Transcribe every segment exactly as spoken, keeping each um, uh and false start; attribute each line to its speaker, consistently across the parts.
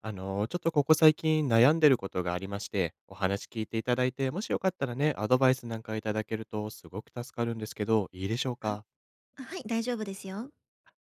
Speaker 1: あの、ちょっとここ最近悩んでることがありまして、お話聞いていただいて、もしよかったらね、アドバイスなんかいただけるとすごく助かるんですけど、いいでしょう
Speaker 2: あ、
Speaker 1: か？
Speaker 2: はい、大丈夫ですよ。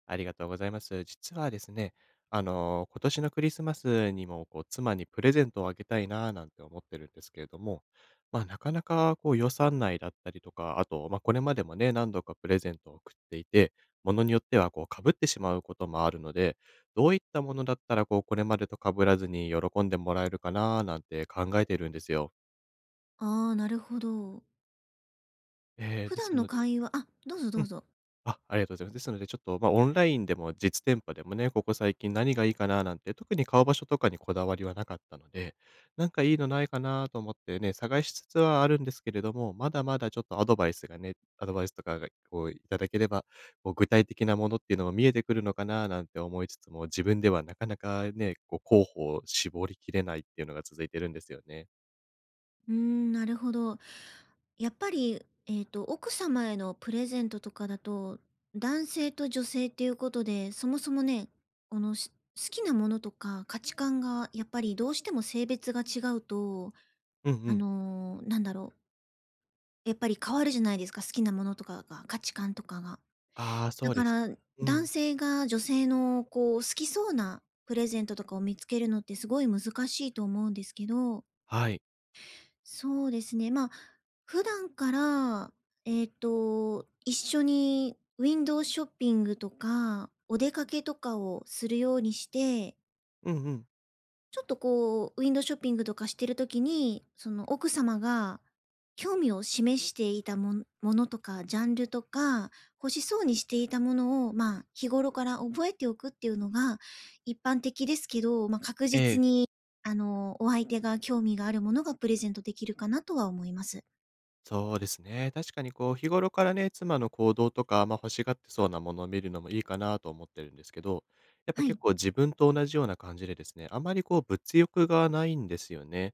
Speaker 1: ありがとうございます。実はですね、あの、今年のクリスマスにも、こう、妻にプレゼントをあげたいな、なんて思ってるんですけれども、まあ、なかなか、こう、予算内だったりとか、あと、まあ、これまでもね、何度かプレゼントを送っていて、ものによっては、こう、被ってしまうこともあるので、どういったものだったら、こう、これまでと被らずに喜んでもらえるかな、なんて考えてるんですよ。
Speaker 2: ああ、なるほど。
Speaker 1: えー、
Speaker 2: 普
Speaker 1: です
Speaker 2: 段
Speaker 1: の
Speaker 2: の
Speaker 1: で、うん。
Speaker 2: 会話あ、どうぞどうぞ。
Speaker 1: あ、ありがとうございます。ですので、ちょっと、まあ、オンラインでも実店舗でもね、ここ最近何がいいかななんて、特に買う場所とかにこだわりはなかったので、なんかいいのないかなと思ってね、探しつつはあるんですけれども、まだまだちょっとアドバイスがねアドバイスとかがこういただければ、こう具体的なものっていうのも見えてくるのかななんて思いつつも、自分ではなかなかね、こう候補を絞りきれないっていうのが続いてるんですよね。
Speaker 2: うーん、なるほど。やっぱり、えっと、奥様へのプレゼントとかだと、男性と女性っていうことで、そもそもね、この、し好きなものとか価値観がやっぱりどうしても性別が違うと、
Speaker 1: うんう
Speaker 2: あ
Speaker 1: ん。
Speaker 2: の、なんだろう、やっぱり変わるじゃないですか、好きなものとかが、価値観とかが。
Speaker 1: ああ、そ
Speaker 2: だ
Speaker 1: うで
Speaker 2: か
Speaker 1: す。
Speaker 2: ら、
Speaker 1: う
Speaker 2: 男
Speaker 1: ん。
Speaker 2: 性が女性のこう好きそうなプレゼントとかを見つけるのってすごい難しいと思うんですけど、
Speaker 1: はい。
Speaker 2: そうですね、まあ、普段から、えっと、一緒にウィンドウショッピングとか、お出かけとかをするようにして、
Speaker 1: うんうん。
Speaker 2: ちょっとこう、ウィンドウショッピングとかしてる時に、その奥様が興味を示していたもんものとか、ジャンルとか、欲しそうにしていたものを、まあ、日頃から覚えておくっていうのが一般的ですけど、まあ、確
Speaker 1: え
Speaker 2: 実
Speaker 1: え。
Speaker 2: に、あの、お相手が興味があるものがプレゼントできるかなとは思います。
Speaker 1: そうですね。確かにこう、日頃からね、妻の行動とか、まあ、欲しがってそうなものを見るのもいいかなと思ってるんですけど、やっぱ
Speaker 2: は
Speaker 1: 結
Speaker 2: い。
Speaker 1: 構自分と同じような感じでですね、あまりこう物欲がないんですよね。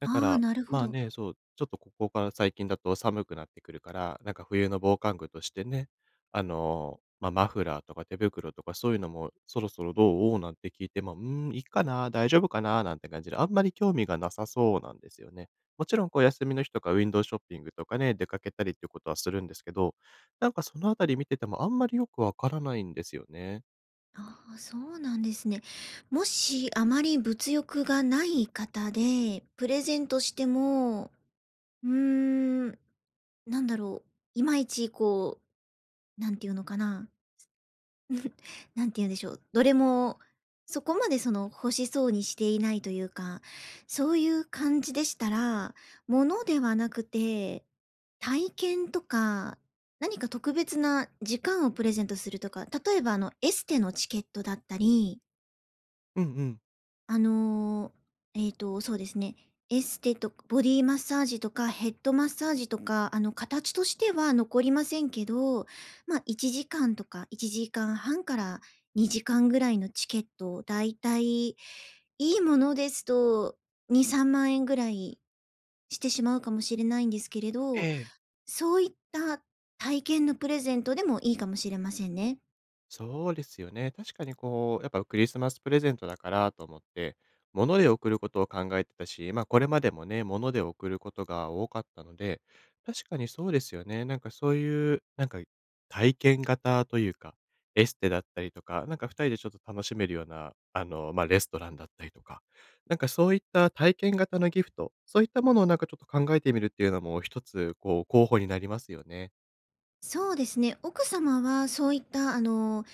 Speaker 1: だか
Speaker 2: ああ、
Speaker 1: ら、
Speaker 2: なるほ
Speaker 1: まあ
Speaker 2: ど。
Speaker 1: ね、そう、ちょっとここから最近だと寒くなってくるから、なんか冬の防寒具としてね、あの、まあ、マフラーとか手袋とかそういうのもそろそろどう？なんて聞いても、うーん、いいかな、大丈夫かな、なんて感じで、あんまり興味がなさそうなんですよね。もちろんこう休みの日とかウィンドウショッピングとかね、出かけたりっていうことはするんですけど、なんかそのあたり見ててもあんまりよくわからないんですよね。
Speaker 2: ああ、そうなんですね。もしあまり物欲がない方で、プレゼントしても、うーん、なんだろう、いまいちこう、なんていうのかな、なんて言うんでしょう、どれもそこまでその欲しそうにしていないというか、そういう感じでしたら、物ではなくて、体験とか、何か特別な時間をプレゼントするとか、例えばあのエステのチケットだったり、
Speaker 1: うんうん。
Speaker 2: あの、えっと、そうですね、エステとボディマッサージとかヘッドマッサージとか、あの、形としては残りませんけど、まあ、いちじかんとかいちじかんはんからにじかんぐらいのチケットをだいたい、いいものですとに、さんまん円ぐらいしてしまうかもしれないんですけれ
Speaker 1: え
Speaker 2: ど、
Speaker 1: え。
Speaker 2: そういった体験のプレゼントでもいいかもしれませんね。
Speaker 1: そうですよね。確かにこう、やっぱクリスマスプレゼントだからと思って、物で送ることを考えてたし、まあこれまでもね、物で送ることが多かったので、確かにそうですよね。なんかそういう、なんか体験型というか、エステだったりとか、なんか二人でちょっと楽しめるような、あの、まあレストランだったりとか、なんかそういった体験型のギフト、そういったものをなんかちょっと考えてみるっていうのも一つ、こう、候補になりますよね。
Speaker 2: そうですね、奥様はそういった、あのー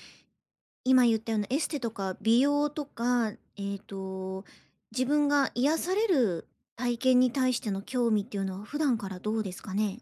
Speaker 2: 今言ったようなエステとか美容とか、えっと、自分が癒される体験に対しての興味っていうのは普段からどうですかね？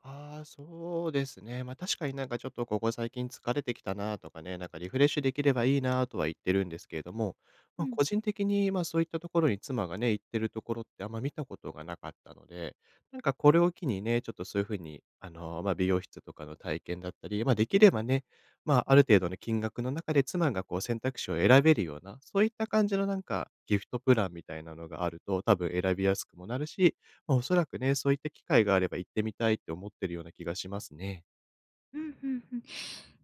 Speaker 1: ああ、そうですね。ま、確かになんかちょっとここ最近疲れてきたなとかね、なんかリフレッシュできればいいなとは言ってるんですけれども、
Speaker 2: う
Speaker 1: ま、
Speaker 2: ん。
Speaker 1: 個人的に、ま、そういったところに妻がね、行ってるところってあんま見たことがなかったので、なんかこれを機にね、ちょっとそういう風に、あの、ま、美容室とかの体験だったり、ま、できればね、ま、あある程度の金額の中で妻がこう選択肢を選べるような、そういった感じのなんかギフトプランみたいなのがあると、多分選びやすくもなるし、ま、おそらくね、そういった機会があれば行ってみたいって思ってるような気がしますね。
Speaker 2: うん、ふんふん。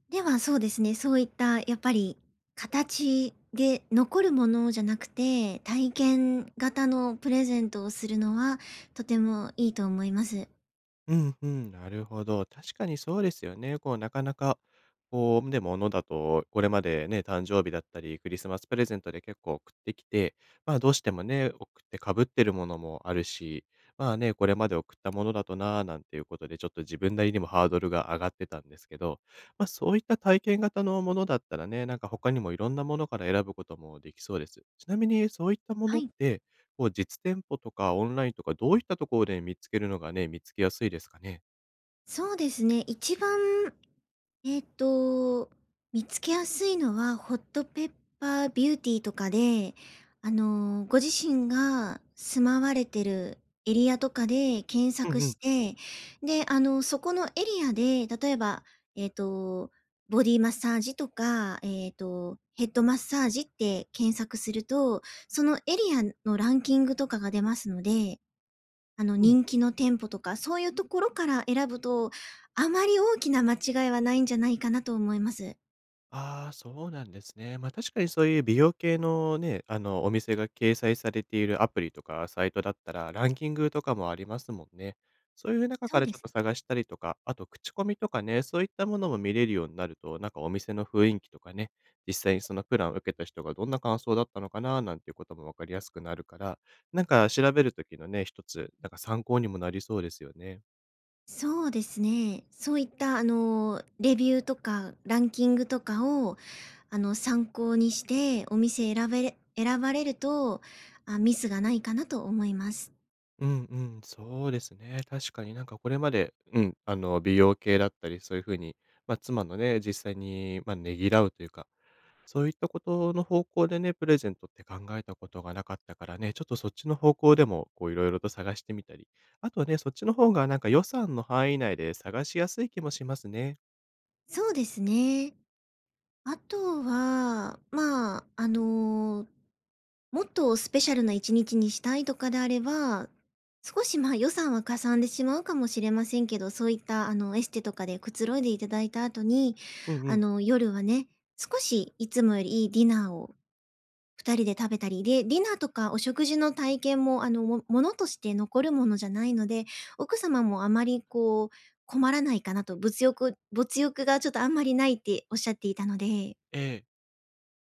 Speaker 2: では、そうですね、そういったやっぱり形で残るものじゃなくて、体験型のプレゼントをするのはとてもいいと思います。
Speaker 1: うんうん、なるほど。確かにそうですよね。こう、なかなか、こう、でも、物だと、これまでね、誕生日だったり、クリスマスプレゼントで結構送ってきて、まあ、どうしてもね、送ってかぶってるものもあるし、まあね、これまで送ったものだとな、なんていうことで、ちょっと自分なりにもハードルが上がってたんですけど、ま、あそういった体験型のものだったらね、なんか他にもいろんなものから選ぶこともできそうです。ちなみにそういったもの
Speaker 2: は
Speaker 1: っ
Speaker 2: い。
Speaker 1: て、こう、実店舗とかオンラインとか、どういったところで見つけるのがね、見つけやすいですかね？
Speaker 2: そうですね、一番えっと、見つけやすいのはホットペッパービューティーとかで、あの、ご自身が住まわれてるエリアとかで検
Speaker 1: うん
Speaker 2: 索
Speaker 1: うん。
Speaker 2: して、で、あの、そこのエリアで、例えば、えっと、ボディマッサージとか、えっと、ヘッドマッサージって検索すると、そのエリアのランキングとかが出ますので、あの、
Speaker 1: うん
Speaker 2: 人気の店舗とか、そういうところから選ぶと、あまり大きな間違いはないんじゃないかなと思います。
Speaker 1: ああ、そうなんですね。ま、確かにそういう美容系のね、あの、お店が掲載されているアプリとかサイトだったら、ランキングとかもありますもんね。そういう中か
Speaker 2: そう
Speaker 1: ら
Speaker 2: で
Speaker 1: ちょっ
Speaker 2: す。
Speaker 1: と探したりとか、あと口コミとかね、そういったものも見れるようになると、なんかお店の雰囲気とかね、実際にそのプランを受けた人がどんな感想だったのかな、なんていうこともわかりやすくなるから、なんか調べる時のね、一つ、なんか参考にもなりそうですよね。
Speaker 2: そうですね。そういった、あの、レビューとかランキングとかを、あの、参考にしてお店選べれ選ばれると、あ、ミスがないかなと思います。
Speaker 1: うんうん、そうですね。確かになんかこれまで、うん、あの、美容系だったり、そういう風に、まあ、妻のね、実際に、まあ、ねぎらうというか、そういったことの方向でね、プレゼントって考えたことがなかったからね、ちょっとそっちの方向でも、こういろいろと探してみたり、あとはね、そっちの方がなんか予算の範囲内で探しやすい気もしますね。
Speaker 2: そうですね。あとは、まあ、あのもっとスペシャルないちにちにしたいとかであれば、少しまあ予算はかさんでしまうかもしれませんけど、そういったあのエステとかでくつろいでいただいた後に、
Speaker 1: うんう
Speaker 2: あ
Speaker 1: ん。
Speaker 2: の夜はね、少しいつもよりいいディナーをふたりで食べたり、で、ディナーとかお食事の体験もあのもものとして残るものじゃないので、奥様もあまりこう困らないかなと、物欲、物欲がちょっとあんまりないっておっしゃっていたので。
Speaker 1: ええ。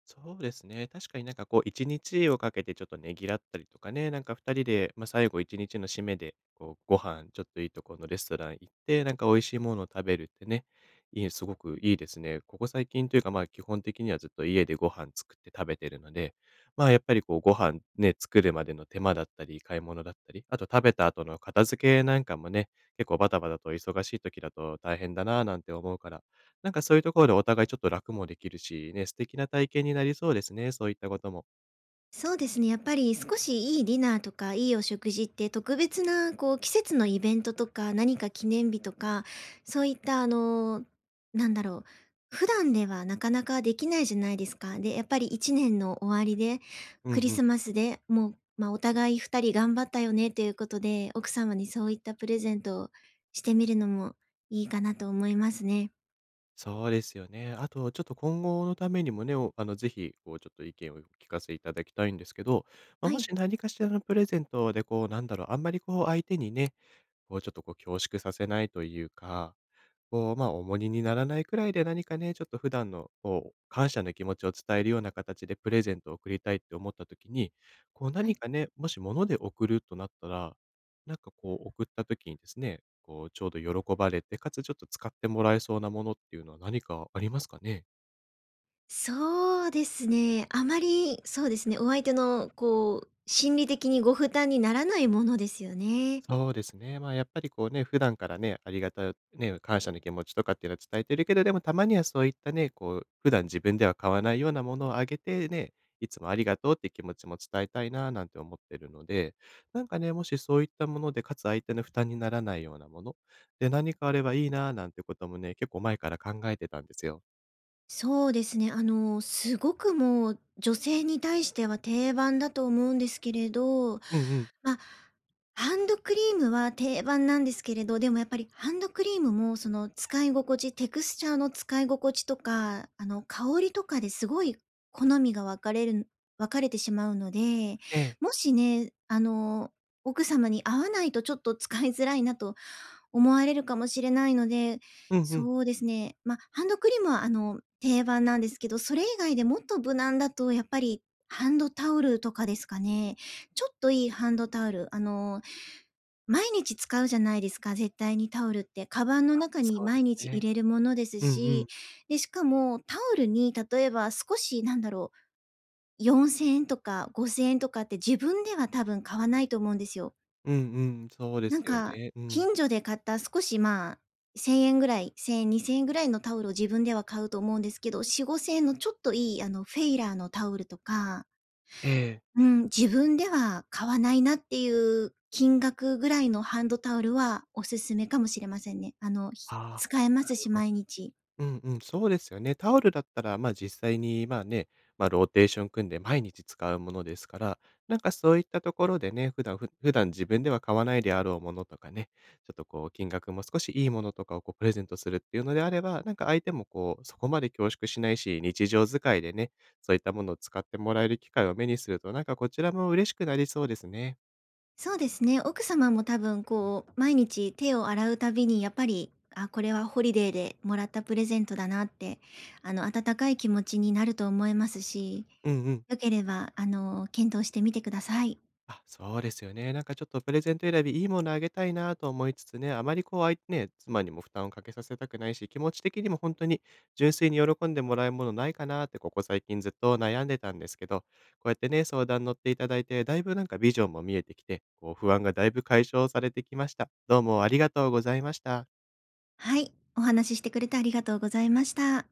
Speaker 1: そうですね。確かになんかこう、いちにちをかけてちょっとねぎらったりとかね、なんかふたりで、まあ、最後いちにちの締めで、こう、ご飯、ちょっといいところのレストラン行って、なんか美味しいものを食べるってね、いいすごくいいですね。ここ最近というか、ま、あ基本的にはずっと家でご飯作って食べてるので、ま、あやっぱりこう、ご飯ね、作るまでの手間だったり、買い物だったり、あと食べた後の片付けなんかもね、結構バタバタと忙しい時だと大変だなぁなんて思うからなんかそういうところでお互いちょっと楽もできるし、ね、素敵な体験になりそうですね、そういったことも。
Speaker 2: そうですね、やっぱり少しいいディナーとか、いいお食事って特別なこう季節のイベントとか、何か記念日とか、そういったあの、なんだろう、普段ではなかなかできないじゃないですか。で、やっぱりいちねんの終わりで、
Speaker 1: うん
Speaker 2: クリ
Speaker 1: うん。
Speaker 2: スマスでもう、まあ、お互いふたり頑張ったよねということで、奥様にそういったプレゼントをしてみるのもいいかなと思いますね。
Speaker 1: そうですよね。あとちょっと今後のためにもね、おあの、ぜひ、こう、ちょっと意見をお聞かせいただきたいんですけど、まあ、
Speaker 2: は
Speaker 1: も
Speaker 2: い、
Speaker 1: し何かしらのプレゼントでこう、なんだろう、あんまりこう相手にね、こうちょっとこう恐縮させないというかこう、まあ、重荷にならないくらいで何かね、ちょっと普段のこう、感謝の気持ちを伝えるような形でプレゼントを贈りたいって思った時に、こう
Speaker 2: は
Speaker 1: 何
Speaker 2: い。
Speaker 1: かね、もし物で贈るとなったら、なんかこう贈った時にですね、こうちょうど喜ばれて、かつちょっと使ってもらえそうなものっていうのは何かありますかね？
Speaker 2: そうですね。あまり、そうですね、お相手のこう、心理的にご負担にならないものですよね。
Speaker 1: そうですね。まあ、やっぱりこうね、普段からね、ありがたいね、感謝の気持ちとかっていうのは伝えてるけど、でもたまにはそういったね、こう、普段自分では買わないようなものをあげてね、いつもありがとうって気持ちも伝えたいな、なんて思ってるので、なんかね、もしそういったもので、かつ相手の負担にならないようなもの、で、何かあればいいな、なんてこともね、結構前から考えてたんですよ。
Speaker 2: そうですね。あの、すごくもう、女性に対しては定番だと思うんですけれど、
Speaker 1: うんうん。
Speaker 2: まあ、ハンドクリームは定番なんですけれど、でもやっぱりハンドクリームもその使い心地、テクスチャーの使い心地とか、あの香りとかですごい好みが分かれる分かれてしまうので、
Speaker 1: ええ。
Speaker 2: もしね、あの、奥様に合わないとちょっと使いづらいなと思われるかもしれないので、
Speaker 1: うんうん。
Speaker 2: そうですね、まあ、ハンドクリームは、あの、定番なんですけど、それ以外でもっと無難だとやっぱりハンドタオルとかですかね。ちょっといいハンドタオル、あの、毎日使うじゃないですか、絶対にタオルって。カバンの中に
Speaker 1: そうで
Speaker 2: 毎
Speaker 1: す
Speaker 2: 日
Speaker 1: ね。
Speaker 2: 入れるものです
Speaker 1: うんう
Speaker 2: し、
Speaker 1: ん。
Speaker 2: で、しかもタオルに例えば少しなんだろう、よんせんえんとかごせんえんとかって自分では多分買わないと思うんですよ。
Speaker 1: うんうん。そうで
Speaker 2: なん
Speaker 1: すよ
Speaker 2: か、
Speaker 1: ね。うん。
Speaker 2: 近所で買った少し、まあ、せんえんぐらい、せんえん、にせんえんぐらいのタオルを自分では買うと思うんですけど、よん、ごせん円のちょっといい、あの、フェイラーのタオルとか、
Speaker 1: ええ。
Speaker 2: うん、自分では買わないなっていう金額ぐらいのハンドタオルはおすすめかもしれませんね。あの、ひ
Speaker 1: あ
Speaker 2: 使え
Speaker 1: あ。
Speaker 2: ま
Speaker 1: なる
Speaker 2: すし、
Speaker 1: ほど。
Speaker 2: 毎日。
Speaker 1: うんうん、そうですよね。タオルだったら、まあ実際に、まあね、まあローテーション組んで毎日使うものですから、なんかそういったところでね、普段、ふ普段自分では買わないであろうものとかね、ちょっとこう金額も少しいいものとかをこうプレゼントするっていうのであれば、なんか相手もこうそこまで恐縮しないし、日常使いでね、そういったものを使ってもらえる機会を目にすると、なんかこちらも嬉しくなりそうですね。
Speaker 2: そうですね。奥様も多分こう、毎日手を洗うたびにやっぱり、あ、これはホリデーでもらったプレゼントだなって、あの、温かい気持ちになると思いますし、
Speaker 1: うんうん。
Speaker 2: 良ければ、あの、検討してみてください。
Speaker 1: あ、そうですよね。なんかちょっとプレゼント選び、いいものあげたいなと思いつつね、あまりこう、あいね、妻にも負担をかけさせたくないし、気持ち的にも本当に純粋に喜んでもらえるものないかなって、ここ最近ずっと悩んでたんですけど、こうやってね、相談乗っていただいて、だいぶなんかビジョンも見えてきて、こう、不安がだいぶ解消されてきました。どうもありがとうございました。
Speaker 2: はい。お話ししてくれてありがとうございました。